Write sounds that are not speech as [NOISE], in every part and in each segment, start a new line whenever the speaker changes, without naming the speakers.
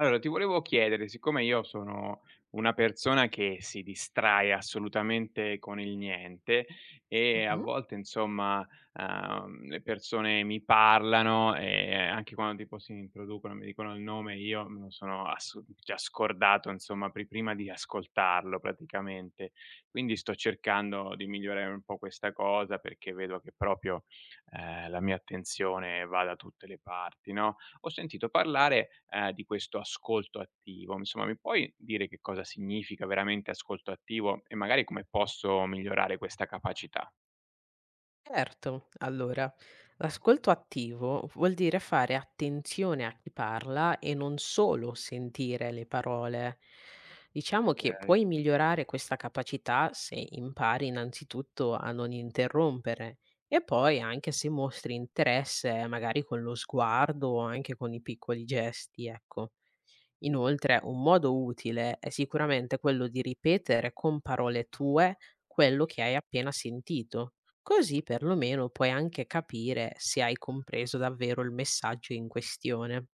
Allora, ti volevo chiedere, siccome io sono una persona che si distrae assolutamente con il niente e a
Mh-mh.
volte, insomma, le persone mi parlano e anche quando tipo si introducono, mi dicono il nome, io me lo sono già scordato, insomma, prima di ascoltarlo praticamente. Quindi sto cercando di migliorare un po' questa cosa perché vedo che proprio la mia attenzione va da tutte le parti, no? Ho sentito parlare, di questo ascolto attivo. Insomma, mi puoi dire che cosa significa veramente ascolto attivo e magari come posso migliorare questa capacità?
Certo. Allora, l'ascolto attivo vuol dire fare attenzione a chi parla e non solo sentire le parole. Diciamo che puoi migliorare questa capacità se impari innanzitutto a non interrompere e poi anche se mostri interesse magari con lo sguardo o anche con i piccoli gesti, ecco. Inoltre, un modo utile è sicuramente quello di ripetere con parole tue quello che hai appena sentito, così perlomeno puoi anche capire se hai compreso davvero il messaggio in questione.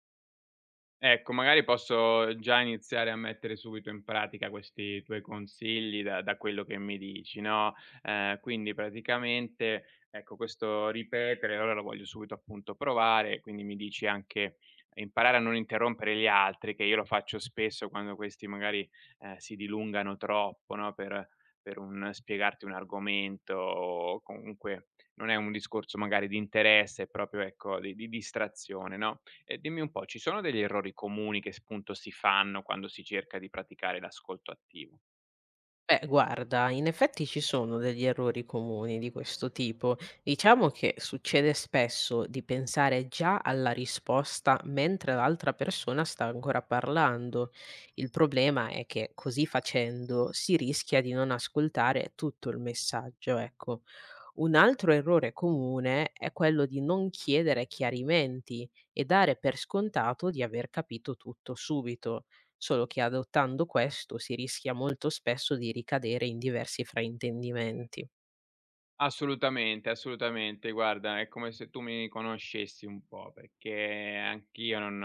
Ecco, magari posso già iniziare a mettere subito in pratica questi tuoi consigli da quello che mi dici, no, quindi praticamente, ecco, questo ripetere, allora lo voglio subito appunto provare, quindi mi dici anche imparare a non interrompere gli altri, che io lo faccio spesso quando questi magari, si dilungano troppo, no, per un spiegarti un argomento o comunque non è un discorso magari di interesse, è proprio, ecco, di distrazione, no? E dimmi un po', ci sono degli errori comuni che, spunto, si fanno quando si cerca di praticare l'ascolto attivo?
Beh, guarda, in effetti ci sono degli errori comuni di questo tipo. Diciamo che succede spesso di pensare già alla risposta mentre l'altra persona sta ancora parlando. Il problema è che così facendo si rischia di non ascoltare tutto il messaggio, ecco. Un altro errore comune è quello di non chiedere chiarimenti e dare per scontato di aver capito tutto subito, solo che adottando questo si rischia molto spesso di ricadere in diversi fraintendimenti.
Assolutamente, assolutamente. Guarda, è come se tu mi conoscessi un po', perché anch'io non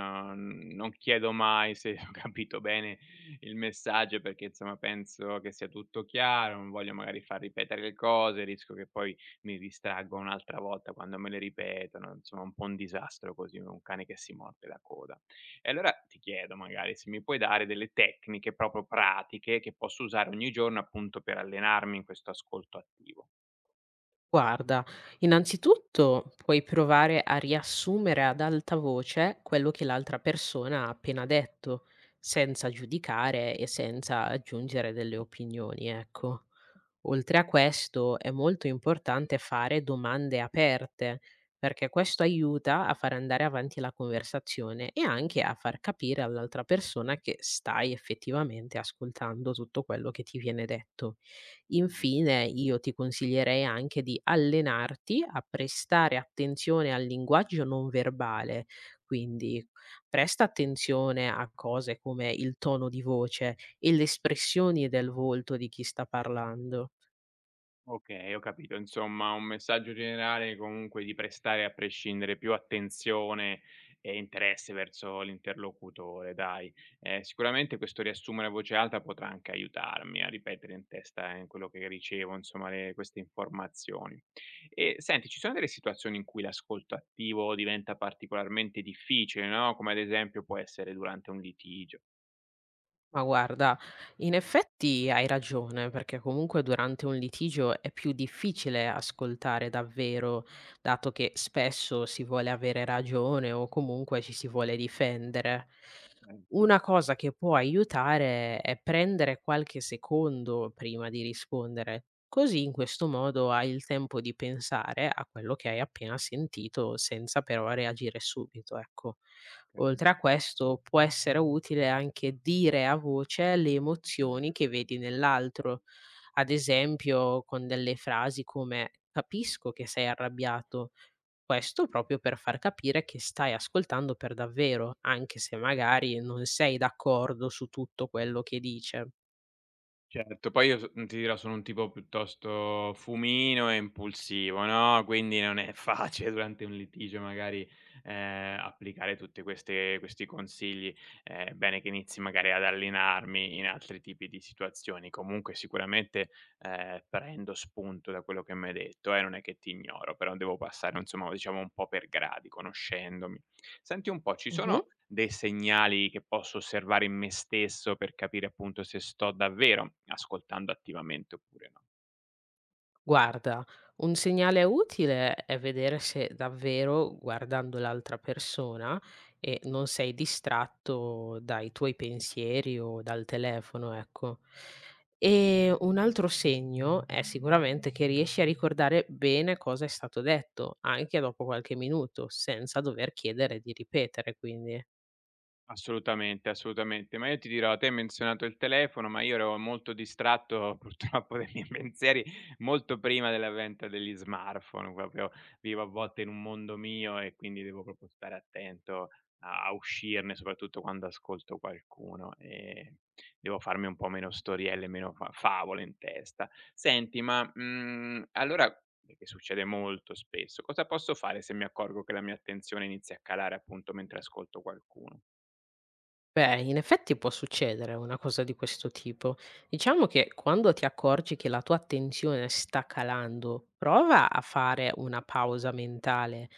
non chiedo mai se ho capito bene il messaggio, perché insomma penso che sia tutto chiaro, non voglio magari far ripetere le cose, rischio che poi mi distraggo un'altra volta quando me le ripetono, insomma un po' un disastro così, un cane che si morde la coda. E allora ti chiedo magari se mi puoi dare delle tecniche proprio pratiche che posso usare ogni giorno appunto per allenarmi in questo ascolto attivo.
Guarda, innanzitutto puoi provare a riassumere ad alta voce quello che l'altra persona ha appena detto, senza giudicare e senza aggiungere delle opinioni, ecco. Oltre a questo, è molto importante fare domande aperte, perché questo aiuta a far andare avanti la conversazione e anche a far capire all'altra persona che stai effettivamente ascoltando tutto quello che ti viene detto. Infine, io ti consiglierei anche di allenarti a prestare attenzione al linguaggio non verbale, quindi presta attenzione a cose come il tono di voce e le espressioni del volto di chi sta parlando.
Okay, ho capito. Insomma, un messaggio generale comunque di prestare a prescindere più attenzione e interesse verso l'interlocutore, dai. Sicuramente questo riassumere a voce alta potrà anche aiutarmi a ripetere in testa, quello che ricevo, insomma, le queste informazioni. E senti, ci sono delle situazioni in cui l'ascolto attivo diventa particolarmente difficile, no, come ad esempio può essere durante un litigio?
Ma guarda, in effetti hai ragione, perché comunque durante un litigio è più difficile ascoltare davvero, dato che spesso si vuole avere ragione o comunque ci si vuole difendere.
Ecco,
Una cosa che può aiutare è prendere qualche secondo prima di rispondere, così in questo modo hai il tempo di pensare a quello che hai appena sentito senza però reagire subito, ecco.
okay.
Oltre a questo, può essere utile anche dire a voce le emozioni che vedi nell'altro, ad esempio con delle frasi come capisco che sei arrabbiato, questo proprio per far capire che stai ascoltando per davvero, anche se magari non sei d'accordo su tutto quello che dice.
Certo, poi io so ti dirò sono un tipo piuttosto fumino e impulsivo, no, quindi non è [LAUGHS] facile durante un litigio magari, applicare tutte queste questi consigli. È bene che inizi magari ad allenarmi in altri tipi di situazioni. Comunque sicuramente, prendo spunto da quello che m'hai detto, non è che ti ignoro, però devo passare insomma, diciamo un po' per gradi, conoscendomi. Senti un po', ci
Mhm.
sono dei segnali che posso osservare in me stesso per capire appunto se sto davvero ascoltando attivamente oppure no?
Guarda, un segnale utile è vedere se davvero guardando l'altra persona e non sei distratto dai tuoi pensieri o dal telefono, ecco. E un altro segno è sicuramente che riesci a ricordare bene cosa è stato detto, anche dopo qualche minuto, senza dover chiedere di ripetere, quindi.
Assolutamente, assolutamente. Ma io ti dirò, te hai menzionato il telefono, ma io ero molto distratto [LAUGHS] purtroppo dai miei pensieri molto prima dell'avvento degli smartphone, proprio vivo a volte in un mondo mio e quindi devo proprio stare attento a uscirne, soprattutto quando ascolto qualcuno e devo farmi un po' meno storielle, meno fa favole in testa. Senti, ma, allora che succede molto spesso, cosa posso fare se mi accorgo che la mia attenzione inizia a calare appunto mentre ascolto qualcuno?
Beh, in effetti può succedere una cosa di questo tipo. Diciamo che quando ti accorgi che la tua attenzione sta calando, prova a fare una pausa mentale.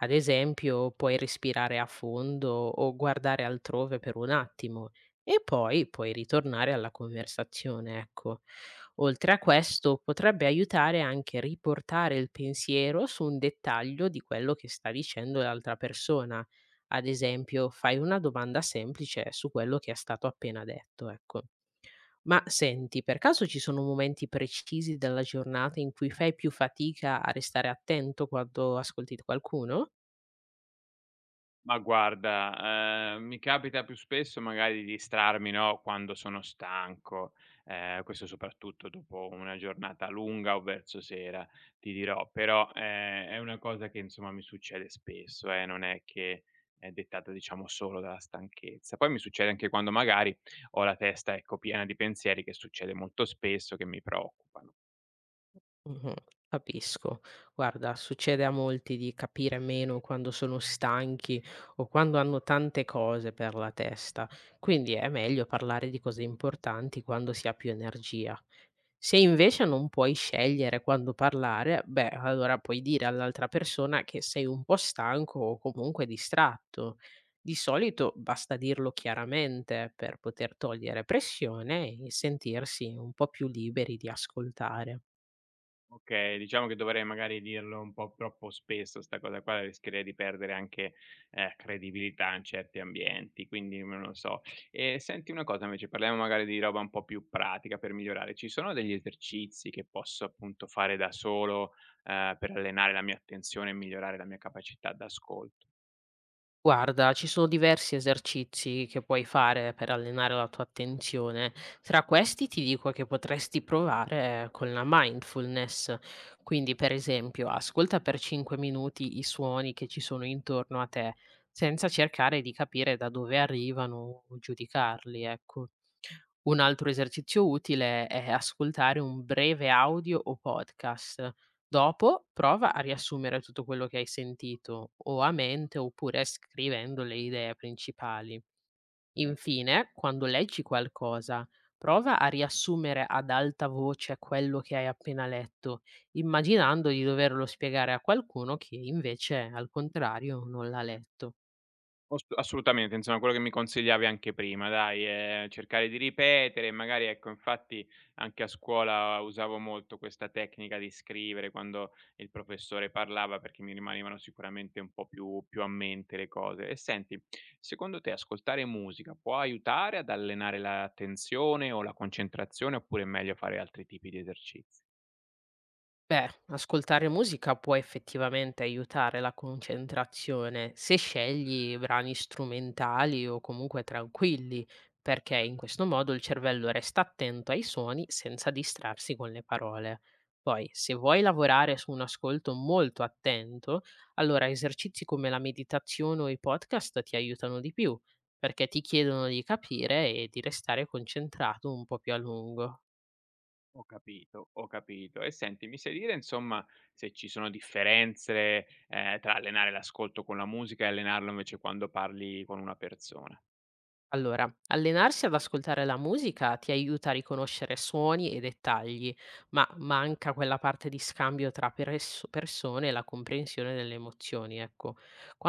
Ad esempio, puoi respirare a fondo o guardare altrove per un attimo e poi puoi ritornare alla conversazione, ecco. Oltre a questo, potrebbe aiutare anche riportare il pensiero su un dettaglio di quello che sta dicendo l'altra persona ad esempio, fai una domanda semplice su quello che è stato appena detto, ecco. Ma senti, per caso ci sono momenti precisi della giornata in cui fai più fatica a restare attento quando ascolti qualcuno?
Ma guarda, mi capita più spesso magari di distrarmi, no, quando sono stanco, questo soprattutto dopo una giornata lunga o verso sera, ti dirò. Però, è una cosa che insomma mi succede spesso, non è che è dettata diciamo solo dalla stanchezza. Poi mi succede anche quando magari ho la testa, ecco, piena di pensieri, che succede molto spesso, che mi preoccupano.
Mh-mh, capisco. Guarda, succede a molti di capire meno quando sono stanchi o quando hanno tante cose per la testa, quindi è meglio parlare di cose importanti quando si ha più energia. Se invece non puoi scegliere quando parlare, beh, allora puoi dire all'altra persona che sei un po' stanco o comunque distratto. Di solito basta dirlo chiaramente per poter togliere pressione e sentirsi un po' più liberi di ascoltare.
Okay, diciamo che dovrei magari dirlo un po' troppo spesso sta cosa qua, rischierei di perdere anche, credibilità in certi ambienti, quindi non lo so. E senti una cosa invece, parliamo magari di roba un po' più pratica per migliorare. Ci sono degli esercizi che posso appunto fare da solo, per allenare la mia attenzione e migliorare la mia capacità d'ascolto?
Guarda, ci sono diversi esercizi che puoi fare per allenare la tua attenzione. Tra questi ti dico che potresti provare con la mindfulness. Quindi, per esempio, ascolta per 5 minuti i suoni che ci sono intorno a te, senza cercare di capire da dove arrivano o giudicarli, ecco. Un altro esercizio utile è ascoltare un breve audio o podcast. Dopo prova a riassumere tutto quello che hai sentito o a mente oppure scrivendo le idee principali. Infine, quando leggi qualcosa, prova a riassumere ad alta voce quello che hai appena letto, immaginando di doverlo spiegare a qualcuno che invece al contrario non l'ha letto.
Os assolutamente, insomma quello che mi consigliavi anche prima dai, cercare di ripetere, magari ecco infatti anche a scuola usavo molto questa tecnica di scrivere quando il professore parlava, perché mi rimanevano sicuramente un po' più a mente le cose. E senti, secondo te ascoltare musica può aiutare ad allenare l'attenzione o la concentrazione, oppure è meglio fare altri tipi di esercizi?
Beh, ascoltare musica può effettivamente aiutare la concentrazione se scegli brani strumentali o comunque tranquilli, perché in questo modo il cervello resta attento ai suoni senza distrarsi con le parole. Poi, se vuoi lavorare su un ascolto molto attento, allora esercizi come la meditazione o i podcast ti aiutano di più, perché ti chiedono di capire e di restare concentrato un po' più a lungo.
Ho capito, ho capito. E senti, mi sai dire insomma se ci sono differenze, tra allenare l'ascolto con la musica e allenarlo invece quando parli con una persona?
Allora, allenarsi ad ascoltare la musica ti aiuta a riconoscere suoni e dettagli, ma manca quella parte di scambio tra persone e la comprensione delle emozioni, ecco.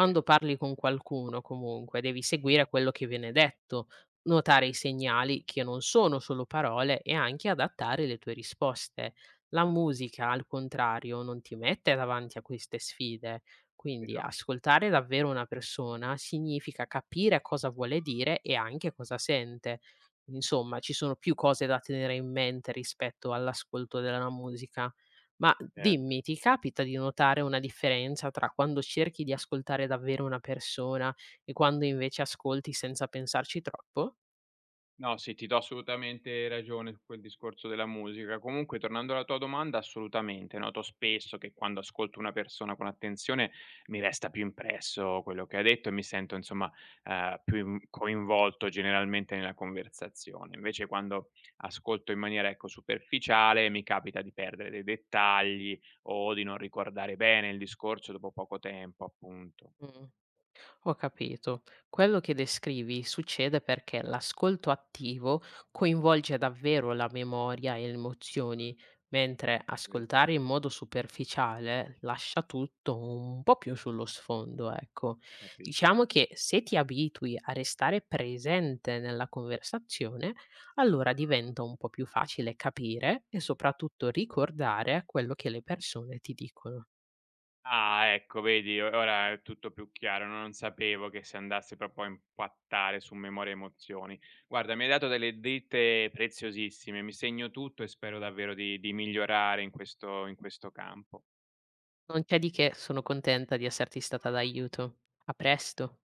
Ve
parli con qualcuno, comunque, devi seguire quello che viene detto, notare i segnali che non sono solo parole e anche adattare le tue risposte. La musica, al contrario, non ti mette davanti a queste sfide quindi
vero,
ascoltare davvero una persona significa capire cosa vuole dire e anche cosa sente. Insomma, ci sono più cose da tenere in mente rispetto all'ascolto della musica. Ma
certo.
dimmi, ti capita di notare una differenza tra quando cerchi di ascoltare davvero una persona e quando invece ascolti senza pensarci troppo?
No, sì, ti do assolutamente ragione su quel discorso della musica. Comunque, tornando alla tua domanda, assolutamente. Noto spesso che quando ascolto una persona con attenzione mi resta più impresso quello che ha detto e mi sento, insomma, più coinvolto generalmente nella conversazione. Invece, quando ascolto in maniera, ecco, superficiale, mi capita di perdere dei dettagli o di non ricordare bene il discorso dopo poco tempo, appunto.
Mm. Ho capito. Quello che descrivi succede perché l'ascolto attivo coinvolge davvero la memoria e le emozioni, mentre
Eh,
ascoltare in modo superficiale lascia tutto un po' più sullo sfondo, ecco.
Capito?
Diciamo che se ti abitui a restare presente nella conversazione, allora diventa un po' più facile capire e soprattutto ricordare quello che le persone ti dicono.
Ah, ecco vedi, o ora è tutto più chiaro, no. Non sapevo che si andasse proprio a impattare su memoria e emozioni. Guarda, mi hai dato delle dritte preziosissime, mi segno tutto e spero davvero di migliorare in questo campo.
Non c'è di che, sono contenta di esserti stata d'aiuto. A presto.